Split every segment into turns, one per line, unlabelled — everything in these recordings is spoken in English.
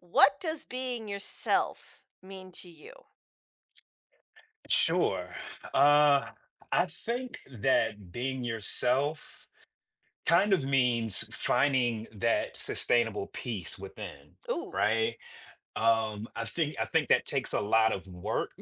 What does being yourself mean to you?
Sure. Uh, I think that being yourself kind of means finding that sustainable peace within,
Ooh.
right? I think that takes a lot of work,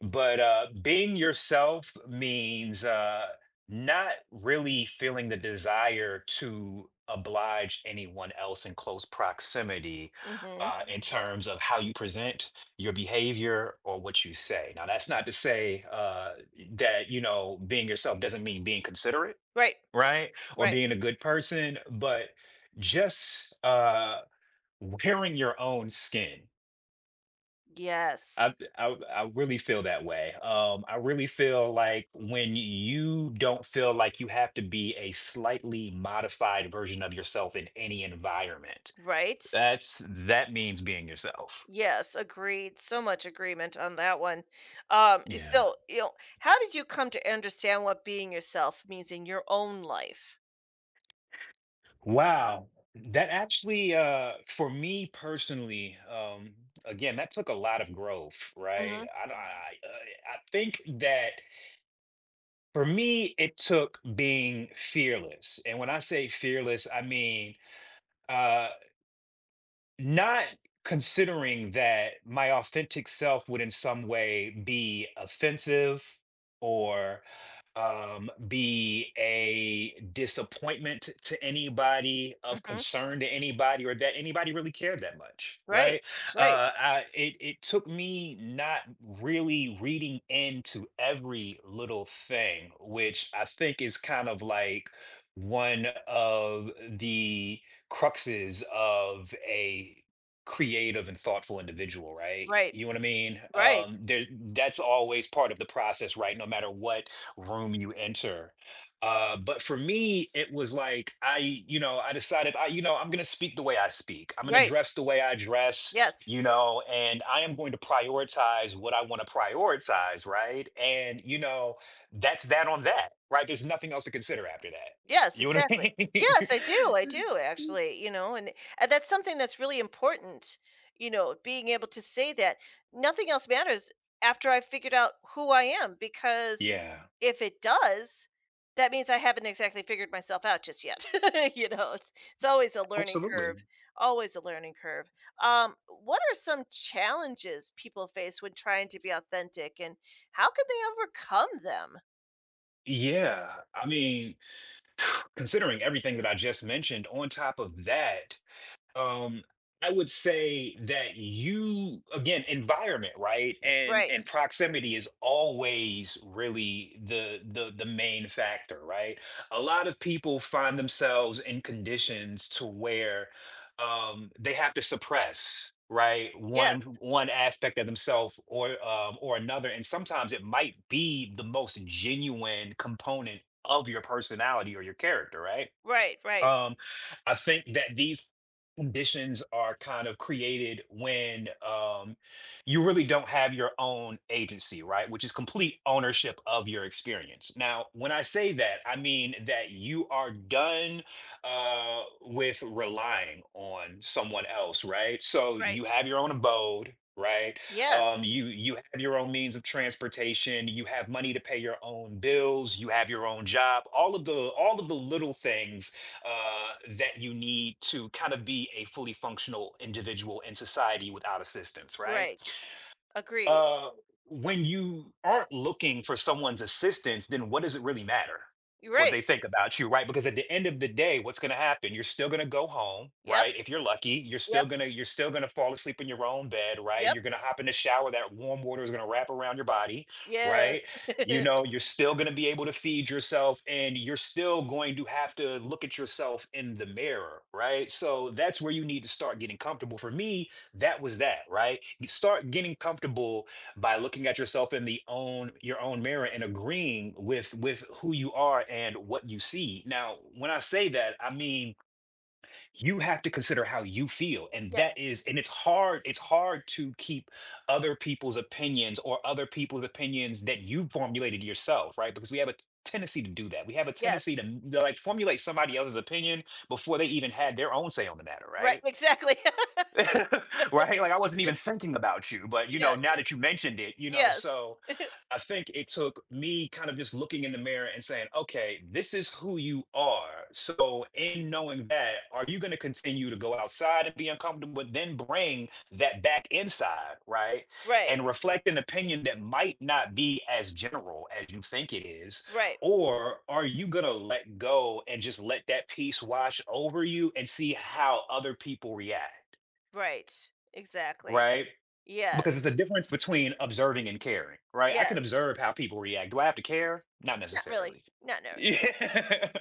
but being yourself means not really feeling the desire to oblige anyone else in close proximity
Mhm.
in terms of how you present your behavior or what you say. Now, that's not to say that being yourself doesn't mean being considerate,
Right.
right? Or
Right.
being a good person, but just wearing your own skin.
Yes.
I really feel that way. I really feel like when you don't feel like you have to be a slightly modified version of yourself in any environment,
Right?
that means being yourself.
Yes, agreed. So much agreement on that one. Um, eh,
Yeah.
so, you know, how did you come to understand what being yourself means in your own life?
Wow. That actually, for me personally, again, that took a lot of growth, right?
Mhm.
I, don't- I think that for me, it took being fearless, and when I say fearless, I mean. uh, Not considering that my authentic self would in some way be offensive or be a disappointment to anybody, of
Mhm.
concern to anybody, or that anybody really cared that much,
Right.
right?
Right.
I, it took me not really reading into every little thing, which I think is kind of like one of the cruxes of a creative and thoughtful individual, right?
Right.
You know what I mean?
Right.
That's always part of the process, right? No matter what room you enter. But for me, it was like I decided, I'm gonna speak the way I speak. I'm gonna
Right.
dress the way I dress.
Yes.
And I am going to prioritize what I want to prioritize, right? And that's that on that, right? There's nothing else to consider after that.
Yes,
You know what
exactly.
I mean?
Yes, I do actually, you know, and that's something that's really important, you know, being able to say that nothing else matters after I've figured out who I am, because
Yeah,
if it does, that means I haven't exactly figured myself out just yet. It's always a learning curve,
absolutely.
always a learning curve. What are some challenges people face when trying to be authentic and how can they overcome them?
Yeah. I mean, considering everything that I just mentioned, on top of that, um I would say that you, again, environment, right? and
Right.
and proximity is always really the main factor, right? A lot of people find themselves in conditions to where they have to suppress, right,
Yes.
one aspect of themselves, or or another, and sometimes it might be the most genuine component of your personality or your character, right?
Right, right,
um, I think that these conditions are kind of created when you really don't have your own agency, right? Which is complete ownership of your experience. Now, when I say that, I mean that you are done with relying on someone else, right? So you
right.
have your own abode. Right.
Yes,
You have your own means of transportation. You have money to pay your own bills. You have your own job. All of the little things that you need to kind of be a fully functional individual in society without assistance, right?
right. Agreed.
uh, when you aren't looking for someone's assistance, then what does it really matter
You're
what they
right.
think about you, right? Because at the end of the day, what's going to happen? You're still going to go home,
Yep,
right? If you're lucky,
yep,
you're still going to fall asleep in your own bed, right?
yep,
You're going to hop in the shower. That warm water is going to wrap around your body,
yes.
right? You know, you're still going to be able to feed yourself, and you're still going to have to look at yourself in the mirror, right? So that's where you need to start getting comfortable. For me, that was that, right? You start getting comfortable by looking at yourself in the own your own mirror and agreeing with who you are and what you see. Now when I say that, I mean you have to consider how you feel, and
Yes,
that is, and it's hard to keep other people's opinions, or other people's opinions that you formulated yourself, right? Because we have a tendency to do that. We have a
yes,
tendency to like formulate somebody else's opinion before they even had their own say on the matter,
right,
right?
exactly.
Right? Like I wasn't even thinking about you, but
Yeah,
now
yeah,
that you mentioned it, you know,
yes,
so I think it took me kind of just looking in the mirror and saying, okay, this is who you are. So, in knowing that, are you going to continue to go outside and be uncomfortable, but then bring that back inside, right?
right,
And reflect an opinion that might not be as general as you think it is?
right,
Or are you going to let go and just let that piece wash over you and see how other people react?
right, exactly.
Right? Because
Yes,
it's a difference between observing and caring, right? I can
yes,
observe how people react. Do I have to care? Not
not really,
necessarily.
not really.
Yeah.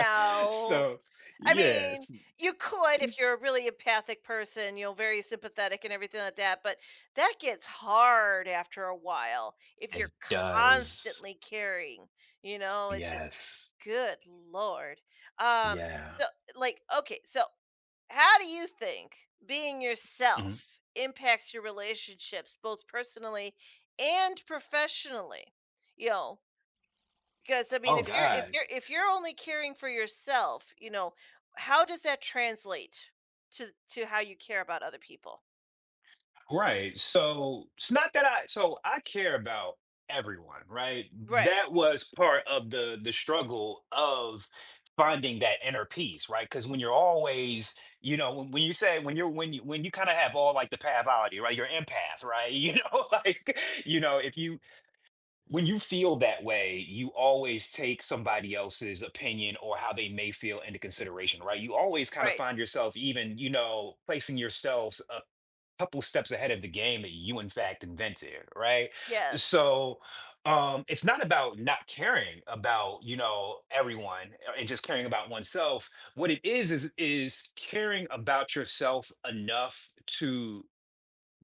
So,
I mean,
yes,
you could if you're a really empathic person, you know, very sympathetic and everything like that, but that gets hard after a while if you're
it does.
constantly caring, you know, it just
Yes.
good lord. Um
Yeah.
so okay, so how do you think being
Mhm.
yourself impacts your relationships both personally and professionally? You know, because I mean,
Oh,
if you're
God.
if you're only caring for yourself, you know, how does that translate to how you care about other people?
Right. So it's not that I care about everyone, right?
Right.
That was part of the struggle of finding that inner peace, right? Because when you're always, when you say when you kind of have all, like, the pathology, right? You're empath, right? You know, like, if you when you feel that way, you always take somebody else's opinion or how they may feel into consideration, right? You always kind of
Right.
find yourself even, placing yourself couple steps ahead of the game that you in fact invented, right?
Yes.
So it's not about not caring about, everyone, and just caring about oneself. What it is is caring about yourself enough to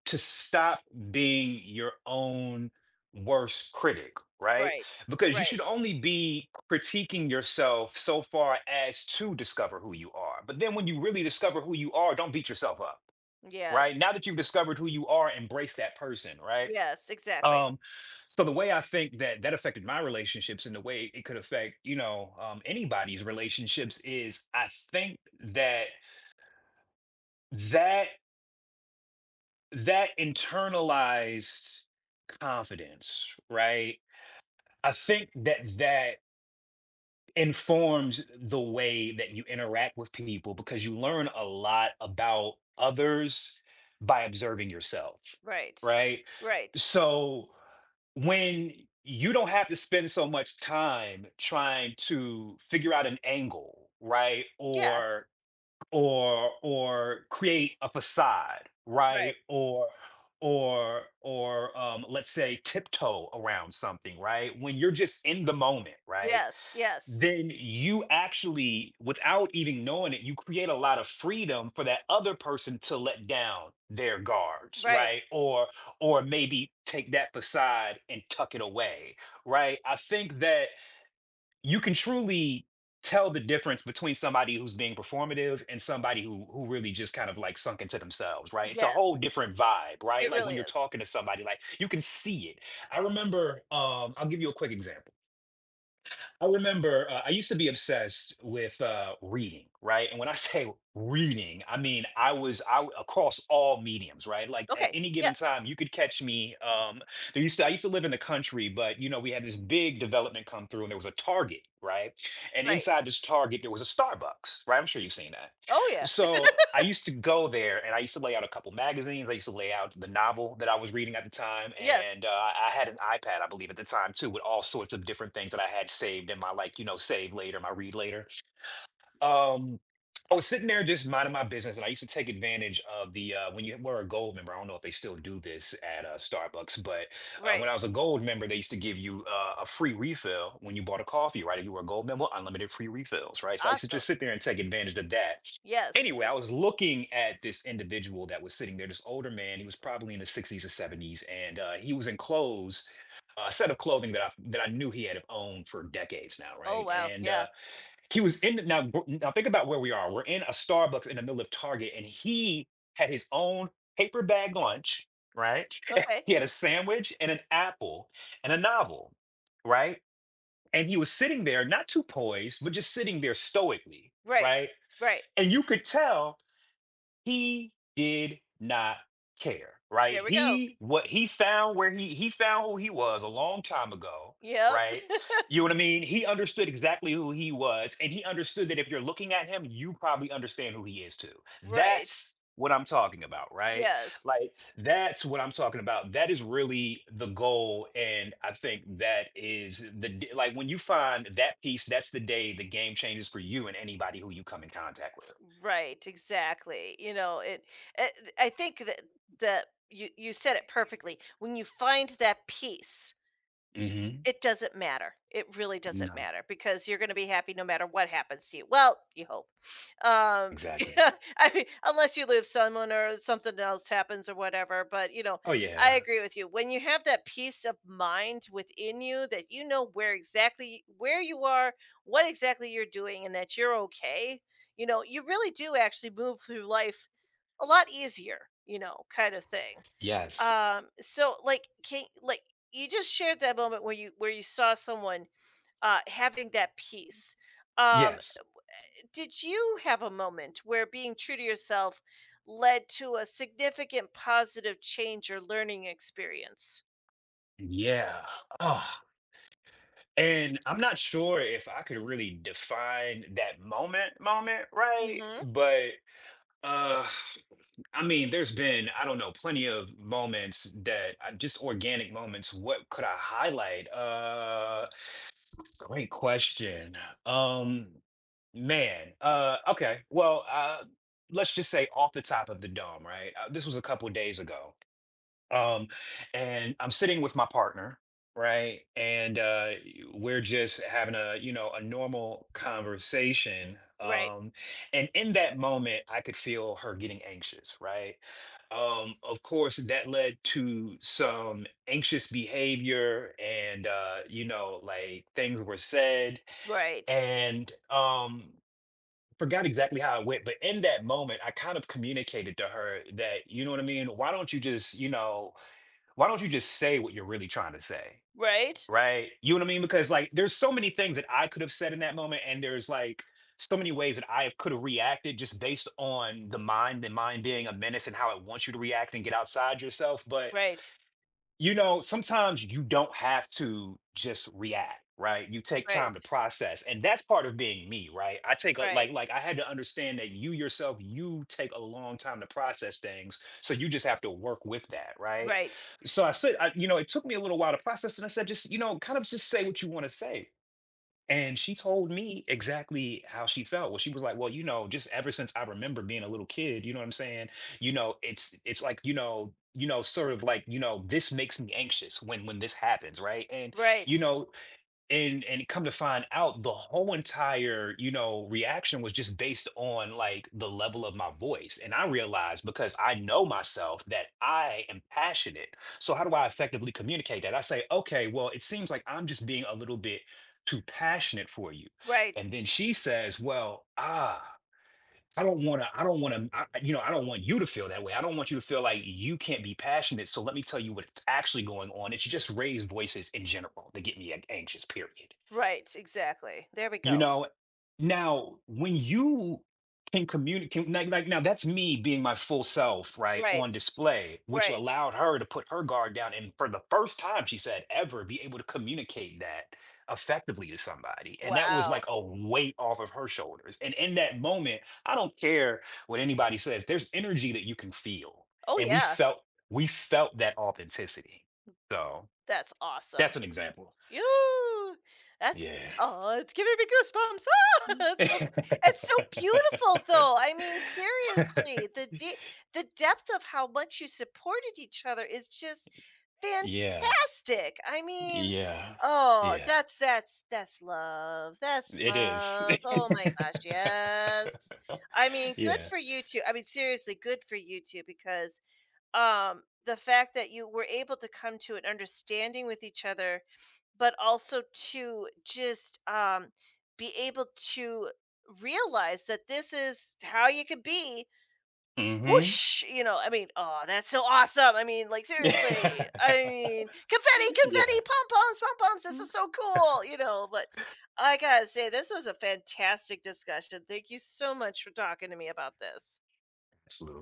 to stop being your own worst critic, right?
Right.
Because you
Right.
should only be critiquing yourself so far as to discover who you are, but then when you really discover who you are, don't beat yourself up, right?
Yes.
Now that you've discovered who you are, embrace that person, right?
Yes, exactly.
Um, so the way I think that that affected my relationships, and the way it could affect, anybody's relationships, is I think that that that internalized confidence, right? I think that that informs the way that you interact with people, because you learn a lot about others by observing yourself,
Right.
right?
Right.
So when you don't have to spend so much time trying to figure out an angle, right?
Yes.
Or create a facade,
Right.
right? Or let's say tiptoe around something, right? When you're just in the moment, right?
Yes. Yes.
Then you actually, without even knowing it, you create a lot of freedom for that other person to let down their guards,
Right.
right? Or maybe take that beside and tuck it away, right? I think that you can truly tell the difference between somebody who's being performative and somebody who really just kind of like sunk into themselves, right? It's a
Yes.
whole different vibe, right?
It
Like
really
when you're
is.
talking to somebody, like you can see it. I remember, I'll give you a quick example. I remember, I used to be obsessed with reading, right? And when I say reading, I mean I was I w- across all mediums, right? Like at
Okay.
any
Yeah.
given time, you could catch me. There used to I used to live in the country, but, we had this big development come through, and there was a Target, right? And
Right.
inside this Target, there was a Starbucks, right? I'm sure you've seen that.
Oh yeah.
So I used to go there and I used to lay out a couple magazines. I used to lay out the novel that I was reading at the time.
Yes.
And I had an iPad, I believe, at the time too, with all sorts of different things that I had saved in my, like, you know, save later, my read later. Um, I was sitting there just minding my business, and I used to take advantage of the, when you were a gold member. I don't know if they still do this at Starbucks, but when
Right.
I was a gold member, they used to give you a free refill when you bought a coffee, right? If you were a gold member, unlimited free refills, right? So I used to
Awesome.
just sit there and take advantage of that.
Yes.
Anyway, I was looking at this individual that was sitting there, this older man. He was probably in the 60s or 70s, and he was in clothes, a set of clothing that I knew he had owned for decades now,
Oh
right?
wow.
And
Yeah.
he was in the, now. Gr- Now think about where we are. We're in a Starbucks in the middle of Target, and he had his own paper bag lunch, right?
Okay.
He had a sandwich and an apple and a novel, right? And he was sitting there, not too poised, but just sitting there stoically,
Right.
right?
Right.
And you could tell he did not care,
There
right?
we go.
He what he found, where he found who he was a long time ago,
Yep.
right? You know what I mean, he understood exactly who he was, and he understood that if you're looking at him, you probably understand who he is too.
Right.
That's what I'm talking about, right?
Yes.
Like that's what I'm talking about. That is really the goal, and I think that is like when you find that piece, that's the day the game changes for you and anybody who you come in contact with.
Right. Exactly. Eh, I think that you said it perfectly. When you find that peace,
Hmm.
it doesn't matter. It really doesn't matter because you're gonna be happy no matter what happens to you. Well, you hope.
Exactly.
Yeah, I mean, unless you lose someone or something else happens or whatever, but, you know,
Oh
I
yeah.
agree with you. When you have that peace of mind within you that you know where exactly where you are, what exactly you're doing, and that you're okay, you know, you really do actually move through life a lot easier, you know, kind of thing.
Yes.
So like can like you just shared that moment where you saw someone having that peace. Um,
Yes.
did you have a moment where being true to yourself led to a significant positive change or learning experience?
Yeah. Oh, and I'm not sure if I could really define that moment, right?
Mm-hmm.
But uh I mean, there's been, I don't know, plenty of moments that I, just organic moments. What could I highlight? Great question. Um Man, okay. Well, let's just say off the top of the dome, right? This was a couple days ago. Um, and I'm sitting with my partner, right? And we're just having a, you know, a normal conversation.
Right,
And in that moment, I could feel her getting anxious, right? Of course, that led to some anxious behavior and, you know, like things were said,
right,
and, forgot exactly how it went, but in that moment, I kind of communicated to her that, you know what I mean, why don't you just, you know, why don't you just say what you're really trying to say?
right,
Right? You know what I mean? Because like there's so many things that I could have said in that moment, and there's like so many ways that I could have reacted just based on the mind being a menace and how it wants you to react and get outside yourself. But
right,
you know, sometimes you don't have to just react, right? You take
right,
time to process, and that's part of being me, right? I take a, like
right,
like I had to understand that you yourself, you take a long time to process things, so you just have to work with that, right?
right,
So I said, I, you know, it took me a little while to process, and I said, just you know, kind of just say what you want to say, and she told me exactly how she felt. Well, she was like, "Well, you know, just ever since I remember being a little kid, you know what I'm saying? You know, it's like, you know, sort of like, you know, this makes me anxious when this happens, right? And you
right,
know, and come to find out the whole entire, you know, reaction was just based on like the level of my voice. And I realized, because I know myself, that I am passionate. So how do I effectively communicate that? I say, okay, well, it seems like I'm just being a little bit too passionate for you.
right,
And then she says, well, ah, I don't want to, I don't want to, you know, I don't want you to feel that way. I don't want you to feel like you can't be passionate. So let me tell you what's actually going on. It's just raised voices in general that get me anxious, period.
right. Exactly. There we
You
go.
know, now when you can communicate, like now, that's me being my full self, right,
Right,
on display, which
right.
allowed her to put her guard down. And for the first time, she said, ever be able to communicate that effectively to somebody. And that was
Wow.
like a weight off of her shoulders. And in that moment, I don't care what anybody says, there's energy that you can feel.
Oh,
And we
yeah.
felt, we felt that authenticity. So
That's awesome.
that's an example.
Ooh, that's
Yeah.
oh, it's giving me goosebumps. Ah, it's so it's so beautiful though. I mean, seriously, the depth of how much you supported each other is just
Yeah.
fantastic. I mean,
Yeah.
oh,
Yeah.
that's that's love. That's
It is.
love. Oh my gosh, yes. I mean, good
Yeah.
for you two. I mean, seriously, good for you two because the fact that you were able to come to an understanding with each other, but also to just be able to realize that this is how you could be.
Mhm.
Whoosh! You know, I mean, oh, that's so awesome. I mean, like seriously, I mean, confetti,
Yeah.
confetti, pom poms, pom poms. This
Mm,
is so cool. You know, but I gotta say, this was a fantastic discussion. Thank you so much for talking to me about this.
absolutely.